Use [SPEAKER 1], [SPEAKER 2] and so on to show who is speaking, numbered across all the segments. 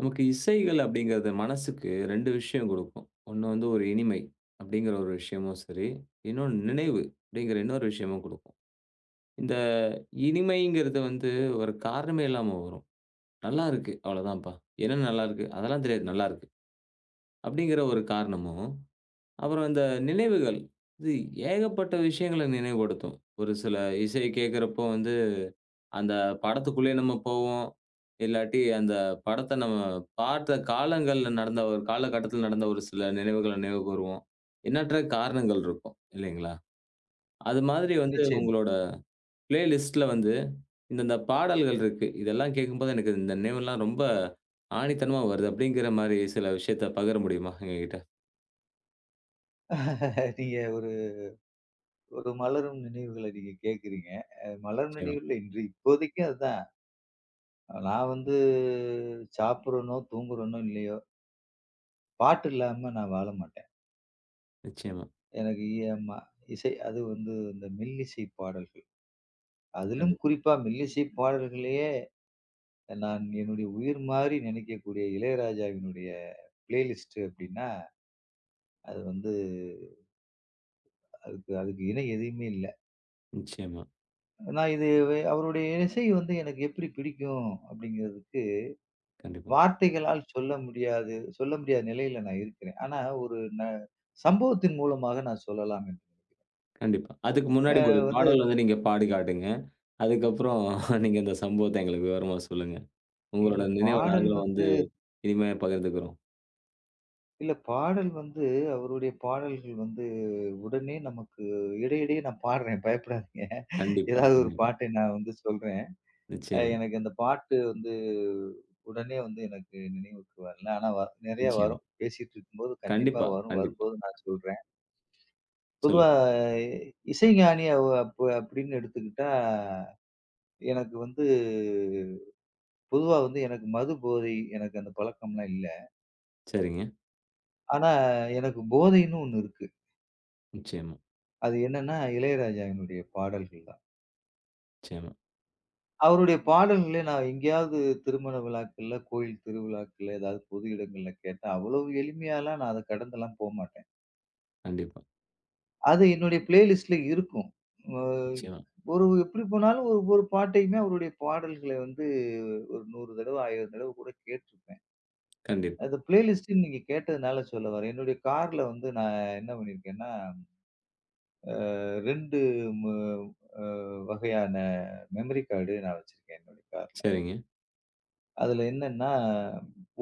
[SPEAKER 1] நமக்கு இசைகள் அப்படிங்கிறது மனசுக்கு 2 விஷயம் குடுக்கும். ஒண்ணு வந்து ஒரு இனிமை அப்படிங்கிற ஒரு விஷயமும் சரி, இன்னொன்னு நினைவு அப்படிங்கிற இன்னொரு விஷயமும் குடுக்கும். இந்த இனிமைங்கிறது வந்து ஒரு காரணமே இல்லாம வரும். "நல்லாருக்கு, அவ்வளோதான்ப்பா. என்ன நல்லாருக்கு? அதெல்லாம் தெரியாது, நல்லாருக்கு." அப்படிங்கிற ஒரு காரணமும், அப்புறம் இந்த நினைவுகள், இது ஏகப்பட்ட விஷயங்கள நினைவுபடுத்தும். ஒரு சில இசை கேட்கிறப்போ வந்து அந்த படத்துக்குள்ளயே நம்ம போவோம். இல்லாட்டி அந்த படத்த நம்ம பார்த்த காலங்கள்ல நடந்த ஒரு காலகட்டத்தில நடந்த ஒரு சில நினைவுகள நினைவு கூருவோம். எண்ணற்ற காரணங்கள் இருக்கும் இல்லைங்களா? அது மாதிரி வந்து
[SPEAKER 2] நிச்சயமா.
[SPEAKER 1] உங்களோட பிளே லிஸ்ட்ல வந்து இந்தந்த பாடல்கள் இருக்கு. இதெல்லாம் கேட்கும்போது எனக்கு இந்த நினைவெல்லாம் ரொம்ப ஆணித்தனமா வருது. அப்படிங்கிற மாரி சில விஷயத்த பகிர முடியுமா எங்ககிட்ட?
[SPEAKER 2] நீங்க ஒரு ஒரு மலரும் நினைவுகள நீங்க கேட்கிறீங்க. மலரும்
[SPEAKER 1] நிச்சயமா,
[SPEAKER 2] நினைவுகள்ல இன்று இப்போதைக்கு அதுதான். நான் வந்து சாப்பிடுறனோ, தூங்குறனோ இல்லையோ, பாட்டு இல்லாம நான் வாழ மாட்டேன்.
[SPEAKER 1] நிச்சயமா.
[SPEAKER 2] எனக்கு ஏம்மா இசை அது வந்து இந்த மெல்லிசை பாடல்கள். அதிலும்
[SPEAKER 1] கண்டிப்பா.
[SPEAKER 2] குறிப்பா மெல்லிசை பாடல்களையே நான் என்னுடைய உயிர் மாரி நினைக்கக்கூடிய இளையராஜாவினுடைய பிளேலிஸ்ட் அப்டின்னா, அது வந்து அதுக்கு அதுக்கு இணை எதுவுமே இல்ல.
[SPEAKER 1] நிச்சயமா.
[SPEAKER 2] நான் இது அவருடைய இசை வந்து எனக்கு எப்படி பிடிக்கும் அப்டிங்கிறதுக்கு
[SPEAKER 1] கண்டிப்பா,
[SPEAKER 2] வார்த்தைகளால் சொல்ல முடியாது சொல்ல முடியாத நிலையில நான் இருக்கிறேன். ஆனா, ஒரு ந சம்பவத்தின் மூலமாக நான் சொல்லலாம் என்று.
[SPEAKER 1] கண்டிப்பா. அதுக்கு
[SPEAKER 2] அ
[SPEAKER 1] முன்னாடி ஒரு
[SPEAKER 2] வந்து
[SPEAKER 1] பாடல் வந்து நீங்க பாடி காட்டுங்க. அதுக்கப்புறம் நீங்க இந்த சம்பவத்த எங்களுக்கு விவரமா சொல்லுங்க.
[SPEAKER 2] இல்ல
[SPEAKER 1] உங்களோட நினைவ
[SPEAKER 2] பாடல்
[SPEAKER 1] நாங்களும் வந்து
[SPEAKER 2] வந்து
[SPEAKER 1] இனிமையா பகிர்ந்துக்கிறோம்.
[SPEAKER 2] இல்ல பாடல் வந்து அவருடைய பாடல்கள் வந்து உடனே நமக்கு இடையிடையே நான் பாடுறேன். பயப்படாதீங்க.
[SPEAKER 1] கண்டிப்பா,
[SPEAKER 2] ஏதாவது ஒரு
[SPEAKER 1] கண்டிப்பா.
[SPEAKER 2] பாட்டை நான் வந்து சொல்றேன்.
[SPEAKER 1] நிச்சயமா,
[SPEAKER 2] எனக்கு அந்த பாட்டு வந்து உடனே வந்து எனக்கு நினைவுக்கு வரல. ஆனா வ நெறைய
[SPEAKER 1] நிச்சயமா.
[SPEAKER 2] வரும். பேசிட்டு இருக்கும்போது கண்டிப்பா
[SPEAKER 1] கண்டிப்பா,
[SPEAKER 2] வரும்.
[SPEAKER 1] கண்டிப்பா.
[SPEAKER 2] வரும்போது நான் சொல்றேன். பொதுவா
[SPEAKER 1] சொல்லுங்க.
[SPEAKER 2] இசைஞானி அவ அப் அப்படின்னு எடுத்துக்கிட்டா எனக்கு வந்து பொதுவா வந்து எனக்கு மது போதை எனக்கு அந்த பழக்கம்லாம் இல்ல.
[SPEAKER 1] சரிங்க.
[SPEAKER 2] ஆனா எனக்கு போதைன்னு ஒண்ணு இருக்கு.
[SPEAKER 1] நிச்சயமா,
[SPEAKER 2] அது என்னன்னா இளையராஜாவினுடைய பாடல்கள் தான்.
[SPEAKER 1] நிச்சயமா.
[SPEAKER 2] அவருடைய பாடல்களே நான் எங்கேயாவது திருமண விழாக்கள்ல, கோயில் திருவிழாக்கள்ல, ஏதாவது பொது இடங்கள்ல கேட்டா, அவ்வளவு எளிமையாலாம் நான் அத கடந்தெல்லாம் போமாட்டேன்.
[SPEAKER 1] கண்டிப்பா,
[SPEAKER 2] அது என்னுடைய பிளேலிஸ்ட்ல இருக்கும். அ
[SPEAKER 1] நிச்சயமா.
[SPEAKER 2] ஒரு எப்படி போனாலும் ஒரு ஒரு பாட்டையுமே அவருடைய பாடல்களை வந்து ஒரு 100 தடவ, 1000 தடவ கூட கேட்டுருப்பேன்.
[SPEAKER 1] கண்டிப்பா.
[SPEAKER 2] அது பிளேலிஸ்ட்டுன்னு நீங்க கேட்டதுனால சொல்ல வரேன். என்னுடைய கார்ல வந்து நான் என்ன பண்ணியிருக்கேன்னா, 2 மு அ வகையான மெமரி கார்டு நான் வச்சிருக்கேன் என்னுடைய கார்ல.
[SPEAKER 1] சரிங்க.
[SPEAKER 2] அதுல என்னன்னா,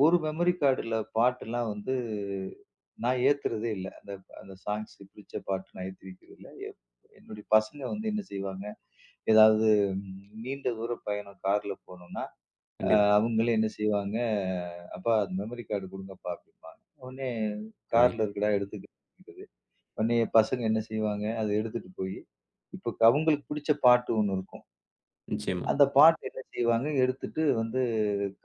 [SPEAKER 2] ஒரு மெமரி கார்டுல பாட்டுலாம் வந்து நான் ஏத்துறதே இல்ல. அந்த அந்த சாங்ஸ் பிடிச்ச பாட்டு நான் ஏத்தி வைக்கிறது இல்ல. என்னுடைய பசங்க வந்து என்ன செய்வாங்க, ஏதாவது ம், நீண்ட தூர பயணம் கார்ல போணும்னா
[SPEAKER 1] கண்டிப்பா.
[SPEAKER 2] அவங்களே என்ன செய்வாங்க, "அப்பா அந்த மெமரி கார்டு குடுங்கப்பா" அப்படிம்பாங்க. உடனே
[SPEAKER 1] சரிங்க.
[SPEAKER 2] "கார்ல இருக்குடா எடுத்துக்கன்றது." உடனே பசங்க என்ன செய்வாங்க, அத எடுத்துட்டு போயி, இப்ப அவங்களுக்கு பிடிச்ச பாட்டு ஒண்ணு இருக்கும்.
[SPEAKER 1] நிச்சயமா.
[SPEAKER 2] அந்த பாட்டு என்ன செய்வாங்க, எடுத்துட்டு வந்து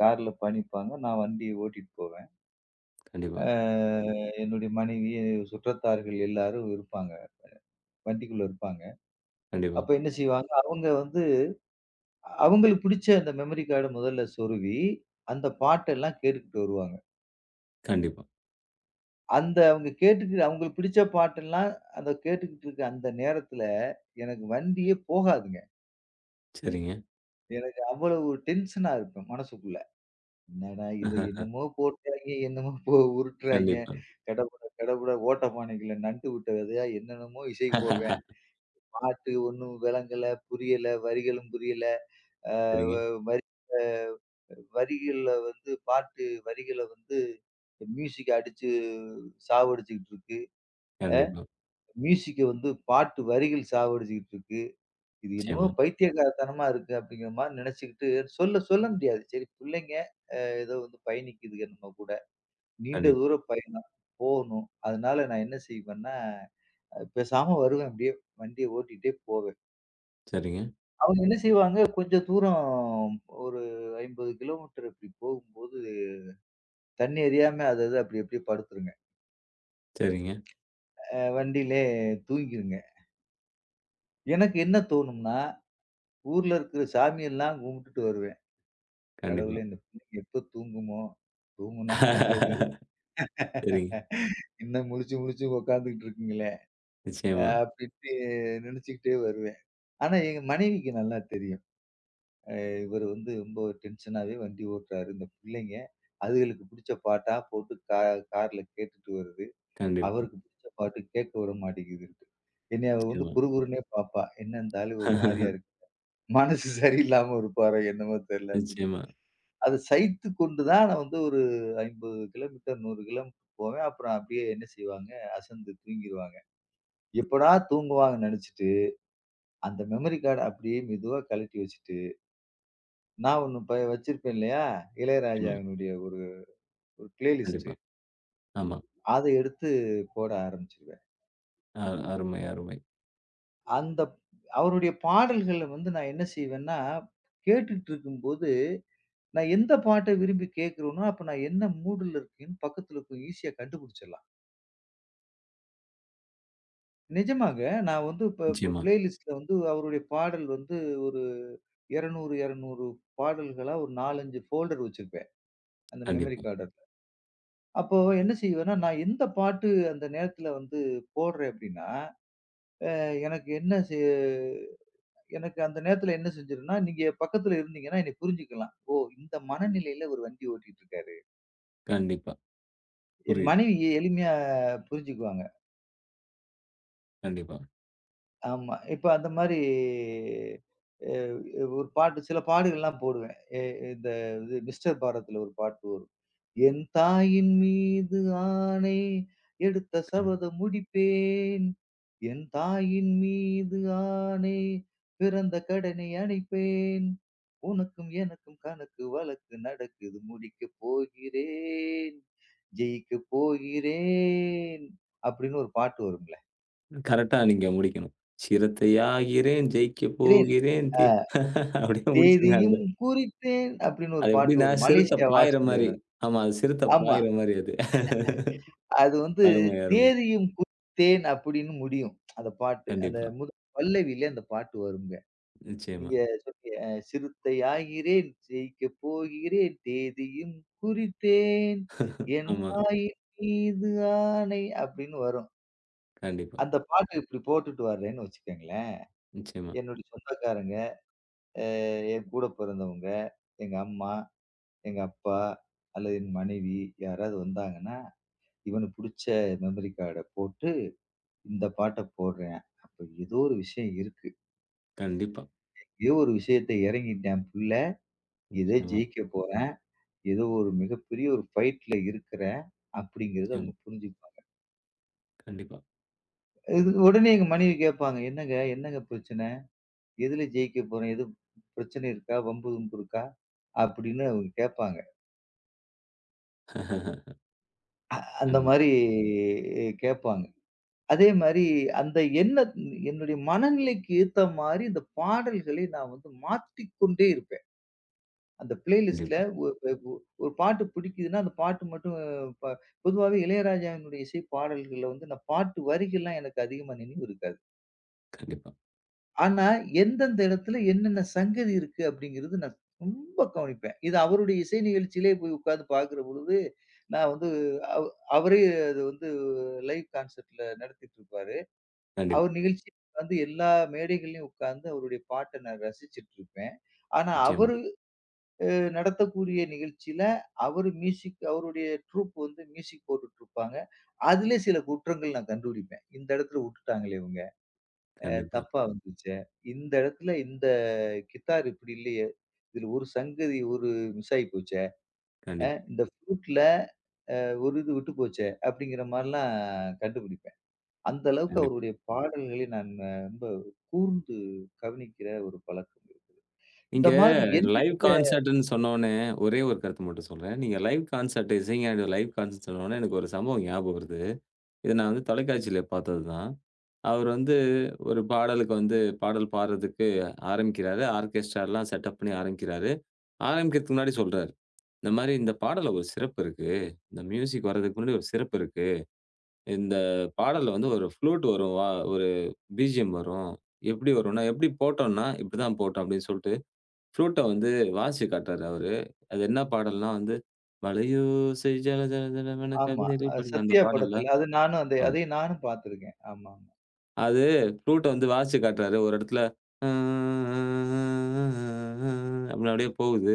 [SPEAKER 2] கார்ல பயணிப்பாங்க. நான் வண்டிய ஓட்டிட்டு போவேன்.
[SPEAKER 1] கண்டிப்பா,
[SPEAKER 2] அ என்னுடைய மனைவி, சுற்றத்தார்கள் எல்லாரும் இருப்பாங்க. வண்டிக்குள்ள இருப்பாங்க.
[SPEAKER 1] கண்டிப்பா,
[SPEAKER 2] அப்ப என்ன செய்வாங்க, அவங்க வந்து அவங்களுக்கு பிடிச்ச அந்த மெமரி கார்ட முதல்ல சொருவி, அந்த பாட்டெல்லாம் கேட்டுக்கிட்டு வருவாங்க.
[SPEAKER 1] கண்டிப்பா.
[SPEAKER 2] அந்த அவங்க கேட்டுட்டு அவங்களுக்கு பிடிச்ச பாட்டெல்லாம் அந்த கேட்டுக்கிட்டு இருக்க அந்த நேரத்துல, எனக்கு வண்டியே போகாதுங்க.
[SPEAKER 1] சரிங்க.
[SPEAKER 2] எனக்கு அவ்வளவு டென்ஷனா இருக்கும் மனசுக்குள்ள. என்னடா இத என்னமோ போடுறாய்ங்க, என்னமோ போ உருட்டுறாய்ங்க.
[SPEAKER 1] கண்டிப்பா.
[SPEAKER 2] கடபட கடபட ஓட்டப்பானைக்குள்ள நண்டு விட்ட விதையா என்னென்னமோ இசை போடுறேன். பாட்டு ஒண்ணும் விளங்கல, புரியல, வரிகளும் புரியல. அ வ
[SPEAKER 1] சரிங்க.
[SPEAKER 2] வரி வரிகள்ல வந்து பாட்டு வரிகள வந்து மியூசிக் அடிச்சு சாவடிச்சுக்கிட்டு இருக்கு.
[SPEAKER 1] கண்டிப்பா.
[SPEAKER 2] மியூசிக்க வந்து பாட்டு வரிகள் சாவடிச்சுக்கிட்டு இருக்கு. இது என்னமோ
[SPEAKER 1] நிச்சயமா.
[SPEAKER 2] பைத்தியக்காரத்தனமா இருக்கு அப்படிங்கிற மாரி நினைச்சுக்கிட்டு சொல்ல சொல்ல முடியாது. சரி பிள்ளைங்க ஏதோ வந்து பயணிக்குதுங்க நம்ம கூட. நீண்ட
[SPEAKER 1] கண்டிப்பா.
[SPEAKER 2] தூர பயணம் போகணும். அதனால நான் என்ன செய்வேன்னா, பேசாம வருவேன் அப்படியே வண்டிய ஓட்டிட்டே போவேன்.
[SPEAKER 1] சரிங்க.
[SPEAKER 2] அவங்க என்ன செய்வாங்க கொஞ்சம் தூரம் ஒரு 50 கிலோமீட்டர் இப்படி போகும்போது தண்ணி அறியாம அது அது அப்படி அப்படியே படுத்துருங்க.
[SPEAKER 1] சரிங்க.
[SPEAKER 2] வண்டியிலே தூங்கிருங்க. எனக்கு என்ன தோணும்னா, ஊர்ல இருக்கிற சாமியெல்லாம் கும்பிட்டுட்டு வருவேன்.
[SPEAKER 1] கண்டிப்பா.
[SPEAKER 2] கடவுளே இந்த பிள்ளைங்க எப்ப தூங்குமோ? தூங்குனா நல்லது.
[SPEAKER 1] சரிங்க.
[SPEAKER 2] இன்னும் முழிச்சு முழிச்சு உட்காந்துக்கிட்டு இருக்குங்களே,
[SPEAKER 1] நிச்சயமா.
[SPEAKER 2] அப்டின்ட்டு நினைச்சுக்கிட்டே வருவேன். ஆனா எங்க மனைவிக்கு நல்லா தெரியும். இவரு வந்து ரொம்ப டென்ஷனாவே வண்டி ஓட்டுறாரு. இந்த பிள்ளைங்க அதுகளுக்கு பிடிச்ச பாட்டா போட்டு கார்ல கேட்டுட்டு வருது.
[SPEAKER 1] கண்டிப்பா.
[SPEAKER 2] அவருக்கு பிடிச்ச பாட்டு கேட்க விட மாட்டேங்குதுன்ட்டு. என்னைய அவ வந்து
[SPEAKER 1] நிச்சயமா.
[SPEAKER 2] குறுகுறுன்னே பார்ப்பா. என்ன இந்த ஆளு ஒரு மாரியா இருக்கு. மனசு சரியில்லாம இருப்பாரோ என்னமோ தெரியல அப்டின்னு.
[SPEAKER 1] நிச்சயமா,
[SPEAKER 2] அத சகித்து கொண்டு தான் நான் வந்து ஒரு 50 கிலோமீட்டர் 100 கிலோமீட்டர் போவேன். அப்புறம் அப்டியே என்ன செய்வாங்க, அசந்து தூங்கிருவாங்க. எப்படா தூங்குவாங்கன்னு நெனச்சுட்டு, அந்த மெமரி கார்ட அப்படியே மெதுவா கழட்டி வச்சுட்டு, நான் ஒண்ணு ப வச்சிருப்பேன் இல்லையா?
[SPEAKER 1] நிச்சயமா.
[SPEAKER 2] இளையராஜாவினுடைய ஒரு ஒரு பிளேலிஸ்ட்டு.
[SPEAKER 1] கண்டிப்பா. ஆமா.
[SPEAKER 2] அத எடுத்து போட ஆரம்பிச்சுருவேன்.
[SPEAKER 1] அ அருமை, அருமை.
[SPEAKER 2] அந்த அவருடைய பாடல்கள வந்து நான் என்ன செய்வேன்னா, கேட்டுட்டு இருக்கும்போது, நான் எந்த பாட்ட விரும்பி கேட்கிறேனோ, அப்ப நான் என்ன மூடுல இருக்கேன்னு பக்கத்துல போய் ஈஸியா கண்டுபிடிச்சிடலாம். நிஜமாங்க. நான் வந்து இப்ப இப்ப
[SPEAKER 1] நிச்சயமா.
[SPEAKER 2] பிளேலிஸ்ட்ல வந்து அவருடைய பாடல் வந்து ஒரு 200, 200 பாடல்களா ஒரு 4, 5 ஃபோல்டர் வச்சிருப்பேன். அந்த மெமரி
[SPEAKER 1] கண்டிப்பா,
[SPEAKER 2] கார்டு அதுல. அப்போ என்ன செய்வேன்னா, நான் எந்த பாட்டு அந்த நேரத்துல வந்து போடுறேன் அப்டின்னா, அ எனக்கு என்ன செ எனக்கு அந்த நேரத்துல என்ன செஞ்சிரும்ன்னா, நீங்க பக்கத்துல இருந்தீங்கன்னா என்னைய புரிஞ்சுக்கலாம். ஓ! இந்த மனநிலையில ஒரு வண்டி ஓட்டிட்டு இருக்காரு.
[SPEAKER 1] கண்டிப்பா.
[SPEAKER 2] என்
[SPEAKER 1] புரியுது.
[SPEAKER 2] மனைவி எளிமையா புரிஞ்சுக்குவாங்க.
[SPEAKER 1] கண்டிப்பா.
[SPEAKER 2] ஆமா. இப்ப அந்த மாரி அ ஒரு பாட்டு சில பாடல்கள்லாம் போடுவேன். எ இந்த இது மிஸ்டர் பாரத்ல ஒரு பாட்டு வரும். என் தாயின் மீது ஆணை எடுத்த
[SPEAKER 1] கண்
[SPEAKER 2] சபதம் முடிப்பேன். என் தாயின் மீது ஆணை பிறந்த கடனை அணைப்பேன். உனக்கும் எனக்கும் கணக்கு வழக்கு நடக்குது முடிக்கப் போகிறேன். ஜெயிக்கப் போகிறேன். அப்படின்னு ஒரு பாட்டு வரும்ல.
[SPEAKER 1] கரெக்ட்டா நீங்க முடிக்கணும். "சிறுத்தையாகிறேன், ஜெயிக்கப்
[SPEAKER 2] இறைன்
[SPEAKER 1] போகிறேன்
[SPEAKER 2] அ
[SPEAKER 1] தே" அப்படியே முடிச்சிருங்க அந்த
[SPEAKER 2] தேதியும் குறித்தேன் அப்படின்னு ஒரு
[SPEAKER 1] அது
[SPEAKER 2] பாட்டு
[SPEAKER 1] எப்படின்னா,
[SPEAKER 2] வரும்.
[SPEAKER 1] சிறுத்தை
[SPEAKER 2] மலேசியா
[SPEAKER 1] பாயிற மாரி.
[SPEAKER 2] வாசுதேவன்.
[SPEAKER 1] ஆமா, அது சிறுத்தை
[SPEAKER 2] ஆமா.
[SPEAKER 1] பாயிற மாரி அது.
[SPEAKER 2] அது வந்து
[SPEAKER 1] அருமை, அருமை.
[SPEAKER 2] தேதியும் குறித்தேன் அப்படின்னு முடியும். அந்த பாட்டு. அந்த
[SPEAKER 1] கண்டிப்பா.
[SPEAKER 2] முதல் பல்லவியில அந்த பாட்டு வருங்க.
[SPEAKER 1] நிச்சயமா.
[SPEAKER 2] நீங்க சொன்னீங்க சிறுத்தை ஆகிறேன், ஜெயிக்கப் போகிறேன், தேதியும் குறித்தேன், என்
[SPEAKER 1] ஆமா.
[SPEAKER 2] தாயின் மீது ஆணை அப்படின்னு வரும்.
[SPEAKER 1] கண்டிப்பா.
[SPEAKER 2] அந்த பாட்டு இப்படி போட்டுட்டு வர்றேன்னு வச்சுக்கங்களேன்.
[SPEAKER 1] நிச்சயமா.
[SPEAKER 2] என்னுடைய சொந்தக்காரங்க, அ என் கூட பிறந்தவங்க, எங்க அம்மா எங்க அப்பா, அல்லது என் மனைவி யாராவது வந்தாங்கன்னா, இவனுக்கு புடிச்ச மெமரி கார்ட போட்டு, இந்த பாட்ட போடுறேன். அப்ப ஏதோ ஒரு விஷயம் இருக்கு.
[SPEAKER 1] கண்டிப்பா.
[SPEAKER 2] ஏதோ ஒரு விஷயத்த இறங்கிட்டேன் புள்ள. ஏதோ
[SPEAKER 1] நிச்சயமா,
[SPEAKER 2] ஜெயிக்க போறேன். ஏதோ ஒரு மிகப்பெரிய ஒரு ஃபைட்ல இருக்கிறேன். அப்படிங்கிறத
[SPEAKER 1] நிச்சயமா.
[SPEAKER 2] அவங்க புரிஞ்சுப்பாங்க.
[SPEAKER 1] கண்டிப்பா.
[SPEAKER 2] இது உடனே எங்க மனைவி கேட்பாங்க. "என்னங்க, என்னங்க பிரச்சனை? எதுல ஜெயிக்க போறேன்? எதுவும் பிரச்சனை இருக்கா? வம்பு, கிம்பு இருக்கா?" அப்படின்னு அவங்க கேட்பாங்க. அந்த
[SPEAKER 1] கண்டிப்பா,
[SPEAKER 2] மாரி கேட்பாங்க. அதே மாரி அந்த எண்ண என்னுடைய மனநிலைக்கு ஏத்த மாரி இந்த பாடல்களை நான் வந்து மாத்திக்கொண்டே இருப்பேன். அந்த பிளேலிஸ்ட்ல
[SPEAKER 1] கண்டிப்பா.
[SPEAKER 2] ஒ எ ஒ ஒரு பாட்டு பிடிக்குதுன்னா, அந்த பாட்டு மட்டும் ப பொதுவாவே இளையராஜாவினுடைய இசை பாடல்கள்ல வந்து நான் பாட்டு வரிகள்லாம் எனக்கு அதிகமா நினைவு இருக்காது.
[SPEAKER 1] கண்டிப்பா,
[SPEAKER 2] ஆனா, எந்தெந்த இடத்துல என்னென்ன சங்கதி இருக்கு அப்படிங்கிறது நான் ரொம்ப கவனிப்பேன். இது அவருடைய இசை நிகழ்ச்சியிலே போய் உட்கார்ந்து பார்க்கிற பொழுது, நான் வந்து அவ் அவரே அது வந்து லைவ் கான்சர்ட்ல நடத்திட்டு இருப்பாரு.
[SPEAKER 1] கண்டிப்பா.
[SPEAKER 2] அவர் நிகழ்ச்சி வந்து எல்லா மேடைகள்லயும் உட்கார்ந்து அவருடைய பாட்ட நான் ரசிச்சுட்டு இருப்பேன். ஆனா
[SPEAKER 1] நிச்சயமா.
[SPEAKER 2] அவரு நடத்தக்கூடிய நிகழ்ச்சியில அவரு மியூசிக் அவருடைய ட்ரூப் வந்து மியூசிக் போட்டுட்டு இருப்பாங்க. அதிலே சில குற்றங்கள் நான் கண்டுபிடிப்பேன். இந்த இடத்துல விட்டுட்டாங்களே இவங்க.
[SPEAKER 1] கண்டிப்பா,
[SPEAKER 2] தப்பா வந்துருச்சே. இந்த இடத்துல இந்த கித்தார் இப்படி இல்லையே. இதுல ஒரு சங்கதி ஒரு மிஸ் ஆயி போச்சே.
[SPEAKER 1] கண்டிப்பா,
[SPEAKER 2] இந்த ஃப்ளூட்ல ஒரு இது விட்டு போச்சே. அப்படிங்கிற மாரிலாம் கண்டுபிடிப்பேன். அந்த அளவுக்கு
[SPEAKER 1] கண்டிப்பா.
[SPEAKER 2] அவருடைய பாடல்களை நான் ரொம்ப கூர்ந்து கவனிக்கிற ஒரு பழக்கம் இருக்கு. இந்த
[SPEAKER 1] நீங்க
[SPEAKER 2] மாதிரி
[SPEAKER 1] லைவ்
[SPEAKER 2] எண்ணற்ற
[SPEAKER 1] கான்சர்ட்ன்னு சொன்னோனே, ஒரே ஒரு கருத்து மட்டும் சொல்றேன். நீங்க லைவ் கான்சர்ட் இசைஞானி லைவ் கான்சர்ட் சொன்னோனே, எனக்கு ஒரு சம்பவம் ஞாபகம் வருது. இது நான் வந்து தொலைக்காட்சியில பார்த்தது தான். அவர் வந்து ஒரு பாடலுக்கு வந்து பாடல் பாடுறதுக்கு ஆரம்பிக்கிறாரு. ஆர்கெஸ்ட்ராலாம் செட்டப் பண்ணி ஆரம்பிக்கிறாரு. ஆரம்பிக்கிறதுக்கு முன்னாடி சொல்றாரு, இந்த மாரி இந்த பாடல்ல ஒரு சிறப்பு இருக்கு. இந்த மியூசிக் வர்றதுக்கு முன்னாடி ஒரு சிறப்பு இருக்கு. இந்த பாடல்ல வந்து ஒரு ஃப்ளூட் வரும். ஒரு பிஜிஎம் வரும். எப்படி வரும்னா, எப்படி போட்டோம்னா, இப்படிதான் போட்டோம் அப்படின்னு சொல்லிட்டு, ஃப்ளூட்ட வந்து வாசிச்சு காட்டுறாரு அவரு. அது என்ன பாடல்னா வந்து, "மலையோசை ஜல ஜல ஜலவென
[SPEAKER 2] ஆமா.
[SPEAKER 1] கவிதைகள்" படிங்க அந்த
[SPEAKER 2] சத்யா
[SPEAKER 1] பாடல்ல.
[SPEAKER 2] படத்துல அது நானும் அந்த
[SPEAKER 1] ஆமா.
[SPEAKER 2] அதை நானும் பார்த்துருக்கேன். ஆமாமா.
[SPEAKER 1] அது ஃப்ளூட்ட வந்து வாசிச்சு காட்டுறாரு. ஒரு இடத்துல அ அப்டின்னு அப்டியே போகுது.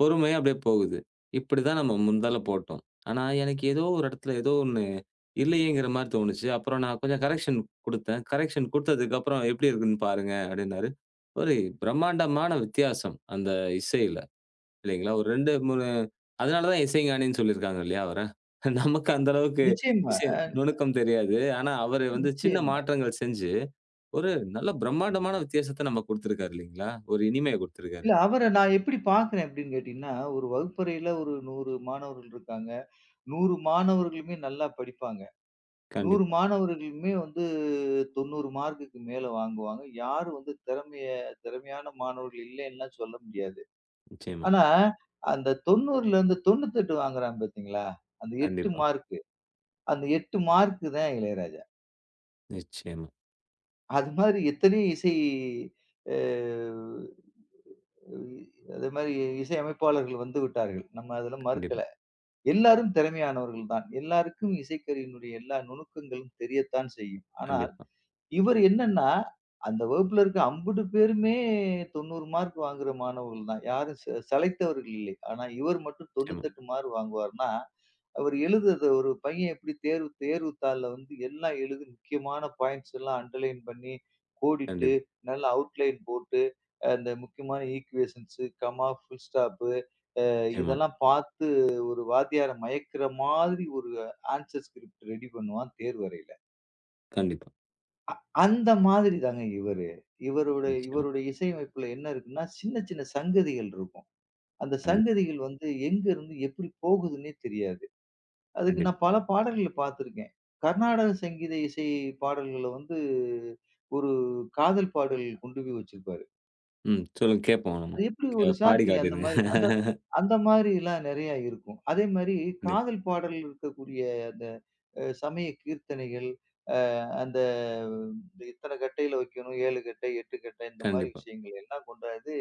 [SPEAKER 1] பொறுமையா அப்டியே போகுது. இப்டிதான் நம்ம முந்தால போட்டோம். ஆனா, எனக்கு ஏதோ ஒரு இடத்துல ஏதோ ஒண்ணு இல்லையேங்கிற மாரி தோணுச்சு. அப்புறம் நான் கொஞ்சம் கரெக்ஷன் குடுத்தேன். கரெக்ஷன் குடுத்ததுக்கப்புறம் எப்டி இருக்குன்னு பாருங்க அப்டின்னாரு. ஒரு பிரம்மாண்டமான வித்தியாசம் அந்த இசையில. இல்லைங்களா? ஒரு 2, 3 அதனால தான் இசைஞானின்னு சொல்லியிருக்காங்க இல்லையா அவர? நமக்கு அந்த அளவுக்கு
[SPEAKER 2] நிச்சயமா,
[SPEAKER 1] இசை நுணுக்கம் தெரியாது. ஆனா, அவரு வந்து சின்ன
[SPEAKER 2] நிச்சயமா.
[SPEAKER 1] மாற்றங்கள் செஞ்சு ஒரு நல்ல பிரம்மாண்டமான வித்தியாசத்த நம்ம குடுத்திருக்காரு இல்லைங்களா? ஒரு இனிமைய குடுத்திருக்காரு.
[SPEAKER 2] இல்ல அவர நான் எப்படி பார்க்குறேன் அப்படின்னு கேட்டீங்கன்னா, ஒரு வகுப்பறையில ஒரு 100 மாணவர்கள் இருக்காங்க. 100 மாணவர்களுமே நல்லா படிப்பாங்க. 100
[SPEAKER 1] கண்டிப்பா.
[SPEAKER 2] மாணவர்களுமே வந்து 90 மார்க்குக்கு மேல வாங்குவாங்க. யாரும் வந்து திறமையான மாணவர்கள் இல்லைன்னுலாம் சொல்ல முடியாது.
[SPEAKER 1] நிச்சயமா.
[SPEAKER 2] ஆனா, அந்த 90லேருந்து 98 வாங்குறான் பார்த்தீங்களா? அந்த 8
[SPEAKER 1] கண்டிப்பா.
[SPEAKER 2] மார்க்கு. அந்த 8 மார்க்கு தான் இளையராஜா.
[SPEAKER 1] நிச்சயமா.
[SPEAKER 2] அது மாதிரி எத்தனையோ இசை அ அது மாரி இசையமைப்பாளர்கள் வந்து விட்டார்கள். நம்ம அதில மறுக்கல.
[SPEAKER 1] கண்டிப்பா.
[SPEAKER 2] எல்லாரும் திறமையானவர்கள் தான். எல்லாருக்கும் இசைக்கருவியினுடைய எல்லா நுணுக்கங்களும் தெரியத்தான் செய்யும். ஆனால்,
[SPEAKER 1] கண்டிப்பா.
[SPEAKER 2] இவர் என்னன்னா, அந்த வகுப்புல இருக்க அம்புட்டு பேருமே 90 மார்க் வாங்குற மாணவர்கள் தான். யாரும் ச சளைத்தவர்கள் இல்லை. ஆனா, இவர் மட்டும்
[SPEAKER 1] நிச்சயமா.
[SPEAKER 2] 98 மார்க் வாங்குவார்ன்னா அவர் எழுதுறத ஒரு பையன் எப்படி தேர்வு தேர்வு தாள்ல வந்து எல்லாம் எழுதி முக்கியமான பாயிண்ட்ஸ் எல்லாம் அண்டர்லைன் பண்ணி, கோடிட்டு,
[SPEAKER 1] கண்டிப்பா.
[SPEAKER 2] நல்லா அவுட்லைன் போட்டு, அந்த முக்கியமான ஈக்குவேஷன்ஸ், கமா, ஃபுல் ஸ்டாப்பு
[SPEAKER 1] நிச்சயமா.
[SPEAKER 2] இதெல்லாம் பார்த்து ஒரு வாத்தியார மயக்கிற மாதிரி ஒரு ஆன்சர் ஸ்கிரிப்ட் ரெடி பண்ணுவான் தேர்வறையில.
[SPEAKER 1] கண்டிப்பா.
[SPEAKER 2] அந்த மாதிரி தாங்க இவரு.
[SPEAKER 1] நிச்சயமா.
[SPEAKER 2] இவருடைய இசையமைப்புல என்ன இருக்குன்னா, சின்ன சின்ன சங்கதிகள் இருக்கும். அந்த
[SPEAKER 1] கண்டிப்பா.
[SPEAKER 2] சங்கதிகள் வந்து எங்க இருந்து எப்படி போகுதுன்னே தெரியாது. அதுக்கு
[SPEAKER 1] கண்டிப்பா.
[SPEAKER 2] நான் பல பாடல்கள பார்த்திருக்கேன். கர்நாடக சங்கீத இசை பாடல்கள வந்து ஒரு காதல் பாடல் கொண்டு போய் வச்சிருப்பாரு.
[SPEAKER 1] ம். சொல்லுங்க கேட்போம் நம்ம.
[SPEAKER 2] அது எப்படி ஒரு
[SPEAKER 1] பாடி
[SPEAKER 2] சாத்தியம் அந்த
[SPEAKER 1] காட்டிருங்க.
[SPEAKER 2] மாரி அந்த அந்த மாரிலாம் நெறையா இருக்கும். அதே மாரி
[SPEAKER 1] கண்டிப்பா.
[SPEAKER 2] காதல் பாடல் இருக்கக்கூடிய அந்த சமய கீர்த்தனைகள், அந்த இத்தன கட்டையில வைக்கணும், 7 கட்டை, 8 கட்டை இந்த மாரி
[SPEAKER 1] கண்டிப்பா.
[SPEAKER 2] விஷயங்கள் எல்லாம் கொண்டாந்து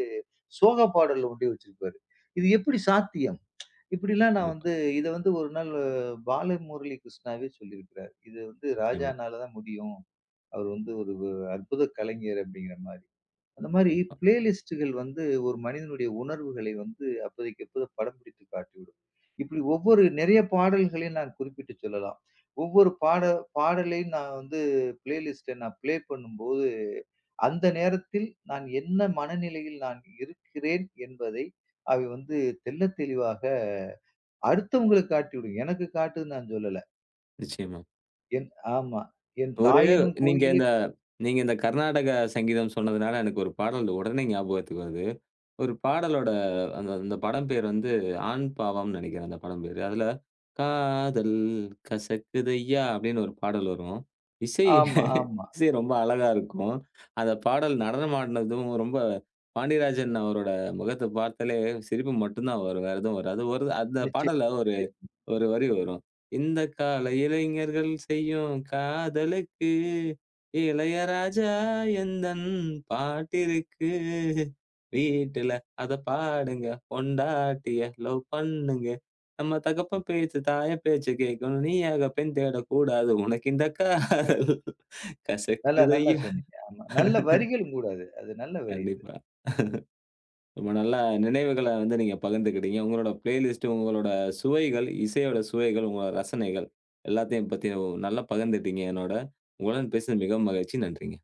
[SPEAKER 2] சோக பாடல்ல கொண்டு போய் வச்சிருப்பாரு. இது எப்படி சாத்தியம்? இப்படிலாம் நான்
[SPEAKER 1] கண்டிப்பா.
[SPEAKER 2] வந்து இத வந்து ஒரு நாள் பாலமுரளி கிருஷ்ணாவே சொல்லியிருக்கிறார். இது வந்து
[SPEAKER 1] நிச்சயமா.
[SPEAKER 2] ராஜானால தான் முடியும். அவர் வந்து அற்புத கலைஞர் அப்படிங்கிற மாரி. அந்த மாரி
[SPEAKER 1] கண்டிப்பா.
[SPEAKER 2] பிளேலிஸ்ட்டுகள் வந்து ஒரு மனிதனுடைய உணர்வுகளை வந்து அப்போதைக்கு அப்போது படம் பிடித்து காட்டிவிடும். இப்படி ஒவ்வொரு நிறைய பாடல்களையும் நான் குறிப்பிட்டு சொல்லலாம். ஒவ்வொரு பாடலையும் நான் வந்து பிளேலிஸ்ட்ட நான் பிளே பண்ணும்போது, அந்த நேரத்தில் நான் என்ன மனநிலையில் நான் இருக்கிறேன் என்பதை அவை வந்து தெள்ளத் தெளிவாக அடுத்தவங்களுக்கு காட்டி விடுங்க. எனக்கு காட்டுன்னு நான் சொல்லல.
[SPEAKER 1] நிச்சயமா.
[SPEAKER 2] என் ஆமா. என்
[SPEAKER 1] ஒரு
[SPEAKER 2] தாய் எனும்
[SPEAKER 1] நீங்க இந்த
[SPEAKER 2] கோயிலுக்கு
[SPEAKER 1] நீங்க இந்த கர்நாடக சங்கீதம் சொன்னதுனால எனக்கு ஒரு பாடல் உடனே ஞாபகத்துக்கு வருது. ஒரு பாடலோட அந்த அந்த படம் பேர் வந்து ஆண் பாவம்ன்னு நெனைக்கிறேன் அந்த படம் பேரு. அதுல "காதல் கசக்குதய்யா" அப்படின்னு ஒரு பாடல் வரும். இசை
[SPEAKER 2] ஆமா, ஆமா.
[SPEAKER 1] இசை ரொம்ப அழகா இருக்கும். அந்த பாடல் நடனம் ஆடுனதும் ரொம்ப பாண்டியராஜன் அவரோட முகத்த பார்த்தாலே சிரிப்பு மட்டும் தான் வரும். வேற எதுவும் வராது. ஒரு அந்த
[SPEAKER 2] நிச்சயம்,
[SPEAKER 1] பாடல்ல ஒரு
[SPEAKER 2] நிச்சயம்.
[SPEAKER 1] ஒரு வரி வரும். இந்த கால இளைஞர்கள் செய்யும் காதலுக்கு, இளையராஜா எந்தன் பாட்டிருக்கு. வீட்டுல அத பாடுங்க, பொண்டாட்டிய லவ் பண்ணுங்க. நம்ம தகப்பன் பேச்சு, தாயன் பேச்சு கேட்கணும். நீயாக பெண் தேடக்கூடாது. உனக்கு இந்த காதல்
[SPEAKER 2] நல்லா, நல்லா
[SPEAKER 1] கசக்குதய்யா.
[SPEAKER 2] சொன்னீங்க. ஆமா. நல்ல வரிகளும் கூட அது. அது நல்ல வரி அது.
[SPEAKER 1] கண்டிப்பா. ரொம்ப நல்ல நினைவுகள வந்து நீங்க பகிர்ந்துக்கிட்டீங்க. உங்களோட பிளேலிஸ்ட்டு, உங்களோட சுவைகள், இசையோட சுவைகள், உங்களோட ரசனைகள் எல்லாத்தையும் பத்தி நல்லா பகிர்ந்துட்டீங்க என்னோட. உங்களுடன் பேசினது மிகவும் மகிழ்ச்சி. நன்றிங்க.